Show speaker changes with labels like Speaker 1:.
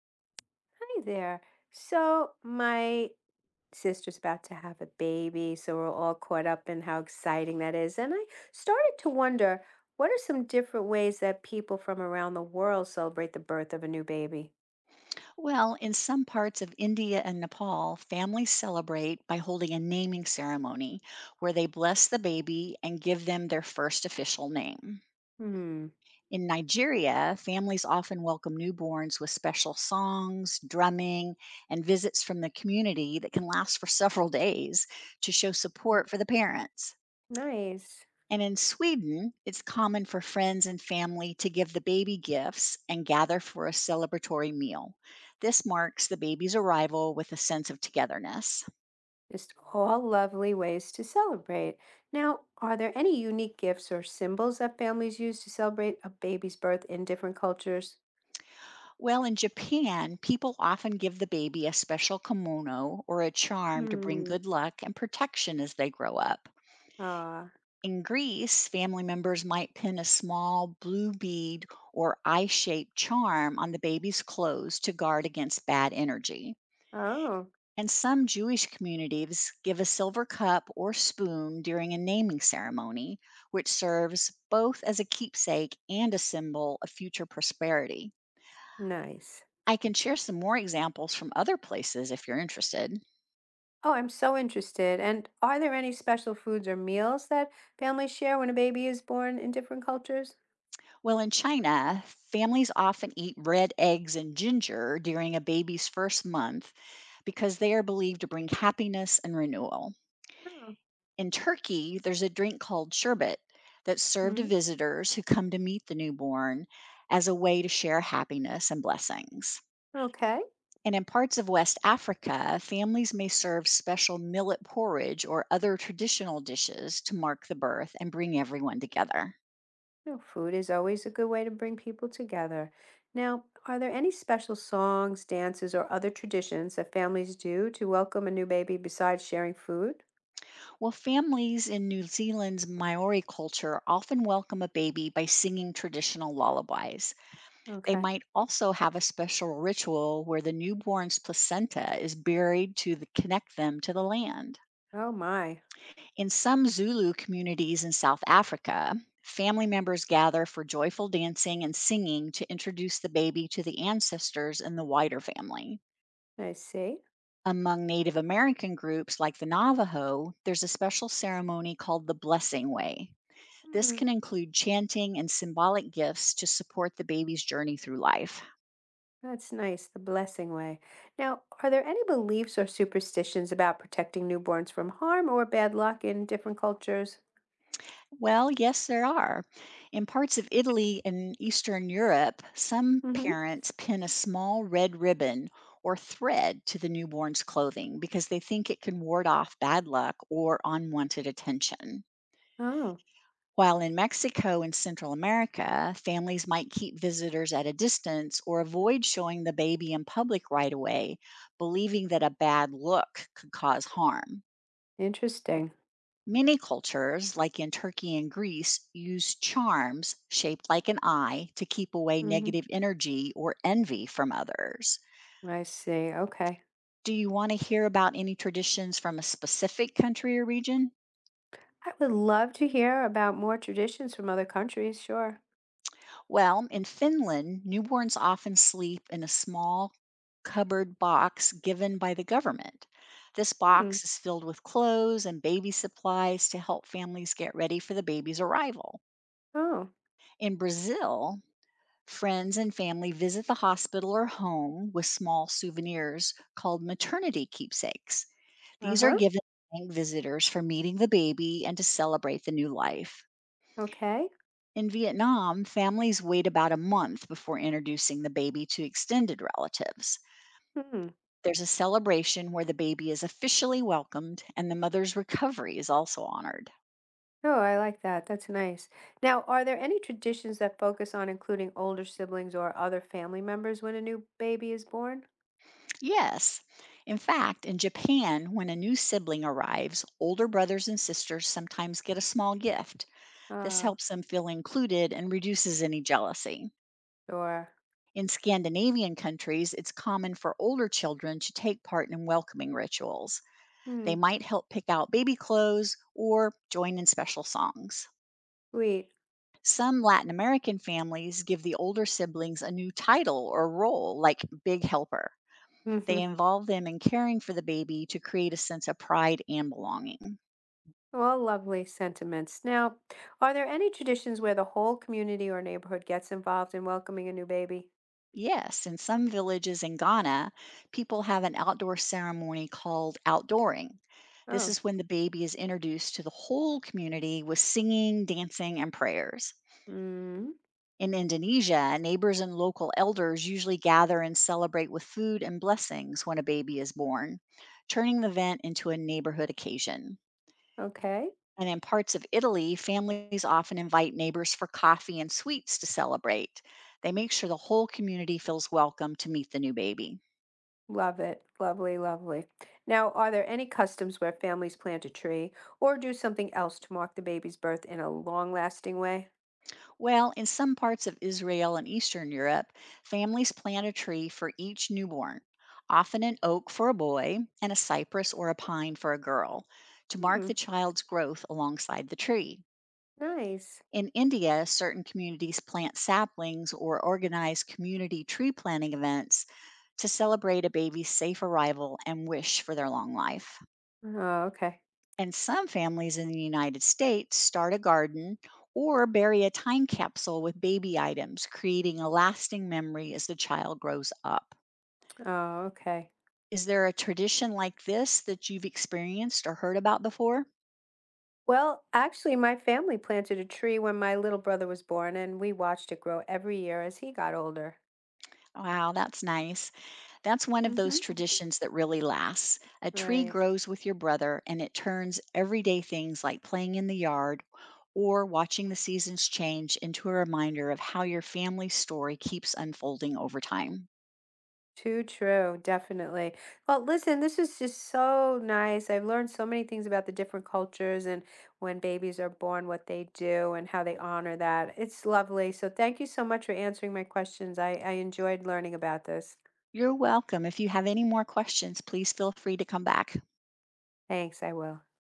Speaker 1: Hi there. So, my sister's about to have a baby, so we're all caught up in how exciting that is. And I started to wonder, what are some different ways that people from around the world celebrate the birth of a new baby?
Speaker 2: Well, in some parts of India and Nepal, families celebrate by holding a naming ceremony where they bless the baby and give them their first official name.
Speaker 1: Hmm,
Speaker 2: In Nigeria, families often welcome newborns with special songs, drumming, and visits from the community that can last for several days to show support for the parents.
Speaker 1: nice.
Speaker 2: And in Sweden, it's common for friends and family to give the baby gifts and gather for a celebratory meal. This marks the baby's arrival with a sense of togetherness.
Speaker 1: Just all lovely ways to celebrate. Now, are there any unique gifts or symbols that families use to celebrate a baby's birth in different cultures?
Speaker 2: Well, in Japan, people often give the baby a special kimono or a charm to bring
Speaker 1: Hmm.
Speaker 2: good luck and protection as they grow up.
Speaker 1: Ah,
Speaker 2: In Greece, family members might pin a small blue bead or eye shaped charm on the baby's clothes to guard against bad energy.
Speaker 1: oh,
Speaker 2: And some Jewish communities give a silver cup or spoon during a naming ceremony, which serves both as a keepsake and a symbol of future prosperity.
Speaker 1: nice.
Speaker 2: I can share some more examples from other places if you're interested.
Speaker 1: Oh, I'm so interested. And are there any special foods or meals that families share when a baby is born in different cultures?
Speaker 2: Well, in China, families often eat red eggs and ginger during a baby's first month because they are believed to bring happiness and renewal.
Speaker 1: Oh,
Speaker 2: In Turkey, there's a drink called sherbet that's served to
Speaker 1: hmm.
Speaker 2: visitors who come to meet the newborn as a way to share happiness and blessings.
Speaker 1: Okay.
Speaker 2: And in parts of West Africa, families may serve special millet porridge or other traditional dishes to mark the birth and bring everyone together.
Speaker 1: No, food is always a good way to bring people together. Now, are there any special songs, dances, or other traditions that families do to welcome a new baby besides sharing food?
Speaker 2: Well, families in New Zealand's Maori culture often welcome a baby by singing traditional lullabies. They
Speaker 1: Okay.
Speaker 2: might also have a special ritual where the newborn's placenta is buried to connect them to the land.
Speaker 1: Oh my,
Speaker 2: In some Zulu communities in South Africa, family members gather for joyful dancing and singing to introduce the baby to the ancestors and the wider family.
Speaker 1: I see.
Speaker 2: Among Native American groups like the Navajo, there's a special ceremony called the Blessing Way. This can
Speaker 1: Hmm.
Speaker 2: include chanting and symbolic gifts to support the baby's journey through life.
Speaker 1: That's nice, the blessing way. Now, are there any beliefs or superstitions about protecting newborns from harm or bad luck in different cultures?
Speaker 2: Well, yes, there are. In parts of Italy and Eastern Europe, some
Speaker 1: Hmm.
Speaker 2: parents pin a small red ribbon or thread to the newborn's clothing because they think it can ward off bad luck or unwanted attention.
Speaker 1: Oh,
Speaker 2: While in Mexico and Central America, families might keep visitors at a distance or avoid showing the baby in public right away, believing that a bad look could cause harm.
Speaker 1: interesting.
Speaker 2: Many cultures, like in Turkey and Greece, use charms shaped like an eye to keep away
Speaker 1: Hmm.
Speaker 2: negative energy or envy from others.
Speaker 1: I see. Okay.
Speaker 2: Do you want to hear about any traditions from a specific country or region?
Speaker 1: I would love to hear about more traditions from other countries, sure.
Speaker 2: Well, in Finland, newborns often sleep in a small cupboard box given by the government. This
Speaker 1: Hmm.
Speaker 2: box is filled with clothes and baby supplies to help families get ready for the baby's arrival.
Speaker 1: Oh,
Speaker 2: In Brazil, friends and family visit the hospital or home with small souvenirs called maternity keepsakes. These are
Speaker 1: uh-huh.
Speaker 2: given to thank visitors for meeting the baby and to celebrate the new life.
Speaker 1: Okay.
Speaker 2: In Vietnam, families wait about a month before introducing the baby to extended relatives.
Speaker 1: Hmm.
Speaker 2: There's a celebration where the baby is officially welcomed and the mother's recovery is also honored.
Speaker 1: Oh, I like that. That's nice. Now, are there any traditions that focus on including older siblings or other family members when a new baby is born?
Speaker 2: Yes. In fact, in Japan, when a new sibling arrives, older brothers and sisters sometimes get a small gift. This
Speaker 1: Oh,
Speaker 2: helps them feel included and reduces any jealousy.
Speaker 1: sure.
Speaker 2: In Scandinavian countries, it's common for older children to take part in welcoming rituals. They might help pick out baby clothes or join in special songs.
Speaker 1: Sweet.
Speaker 2: Some Latin American families give the older siblings a new title or role, like big helper.
Speaker 1: Hmm.
Speaker 2: They involve them in caring for the baby to create a sense of pride and belonging.
Speaker 1: All lovely sentiments. Now, are there any traditions where the whole community or neighborhood gets involved in welcoming a new baby?
Speaker 2: Yes, in some villages in Ghana, people have an outdoor ceremony called outdooring. This
Speaker 1: Oh,
Speaker 2: is when the baby is introduced to the whole community with singing, dancing, and prayers.
Speaker 1: mm,
Speaker 2: In Indonesia, neighbors and local elders usually gather and celebrate with food and blessings when a baby is born, turning the event into a neighborhood occasion.
Speaker 1: okay.
Speaker 2: And in parts of Italy, families often invite neighbors for coffee and sweets to celebrate. They make sure the whole community feels welcome to meet the new baby.
Speaker 1: Love it. Lovely, lovely. Now, are there any customs where families plant a tree or do something else to mark the baby's birth in a long-lasting way?
Speaker 2: Well, in some parts of Israel and Eastern Europe, families plant a tree for each newborn, often an oak for a boy and a cypress or a pine for a girl, to mark
Speaker 1: Hmm,
Speaker 2: the child's growth alongside the tree.
Speaker 1: nice.
Speaker 2: In India, certain communities plant saplings or organize community tree planting events to celebrate a baby's safe arrival and wish for their long life.
Speaker 1: Oh, okay.
Speaker 2: And some families in the United States start a garden or bury a time capsule with baby items, creating a lasting memory as the child grows up.
Speaker 1: Oh, okay.
Speaker 2: Is there a tradition like this that you've experienced or heard about before?
Speaker 1: Well, actually, my family planted a tree when my little brother was born, and we watched it grow every year as he got older.
Speaker 2: Wow, that's nice. That's one of those
Speaker 1: Mhm.
Speaker 2: traditions that really lasts. A tree
Speaker 1: Right.
Speaker 2: grows with your brother and it turns everyday things like playing in the yard or watching the seasons change into a reminder of how your family's story keeps unfolding over time.
Speaker 1: Too true, definitely. Well, listen, this is just so nice. I've learned so many things about the different cultures and when babies are born, what they do and how they honor that. It's lovely. So thank you so much for answering my questions. I enjoyed learning about this.
Speaker 2: You're welcome. If you have any more questions, please feel free to come back.
Speaker 1: Thanks, I will.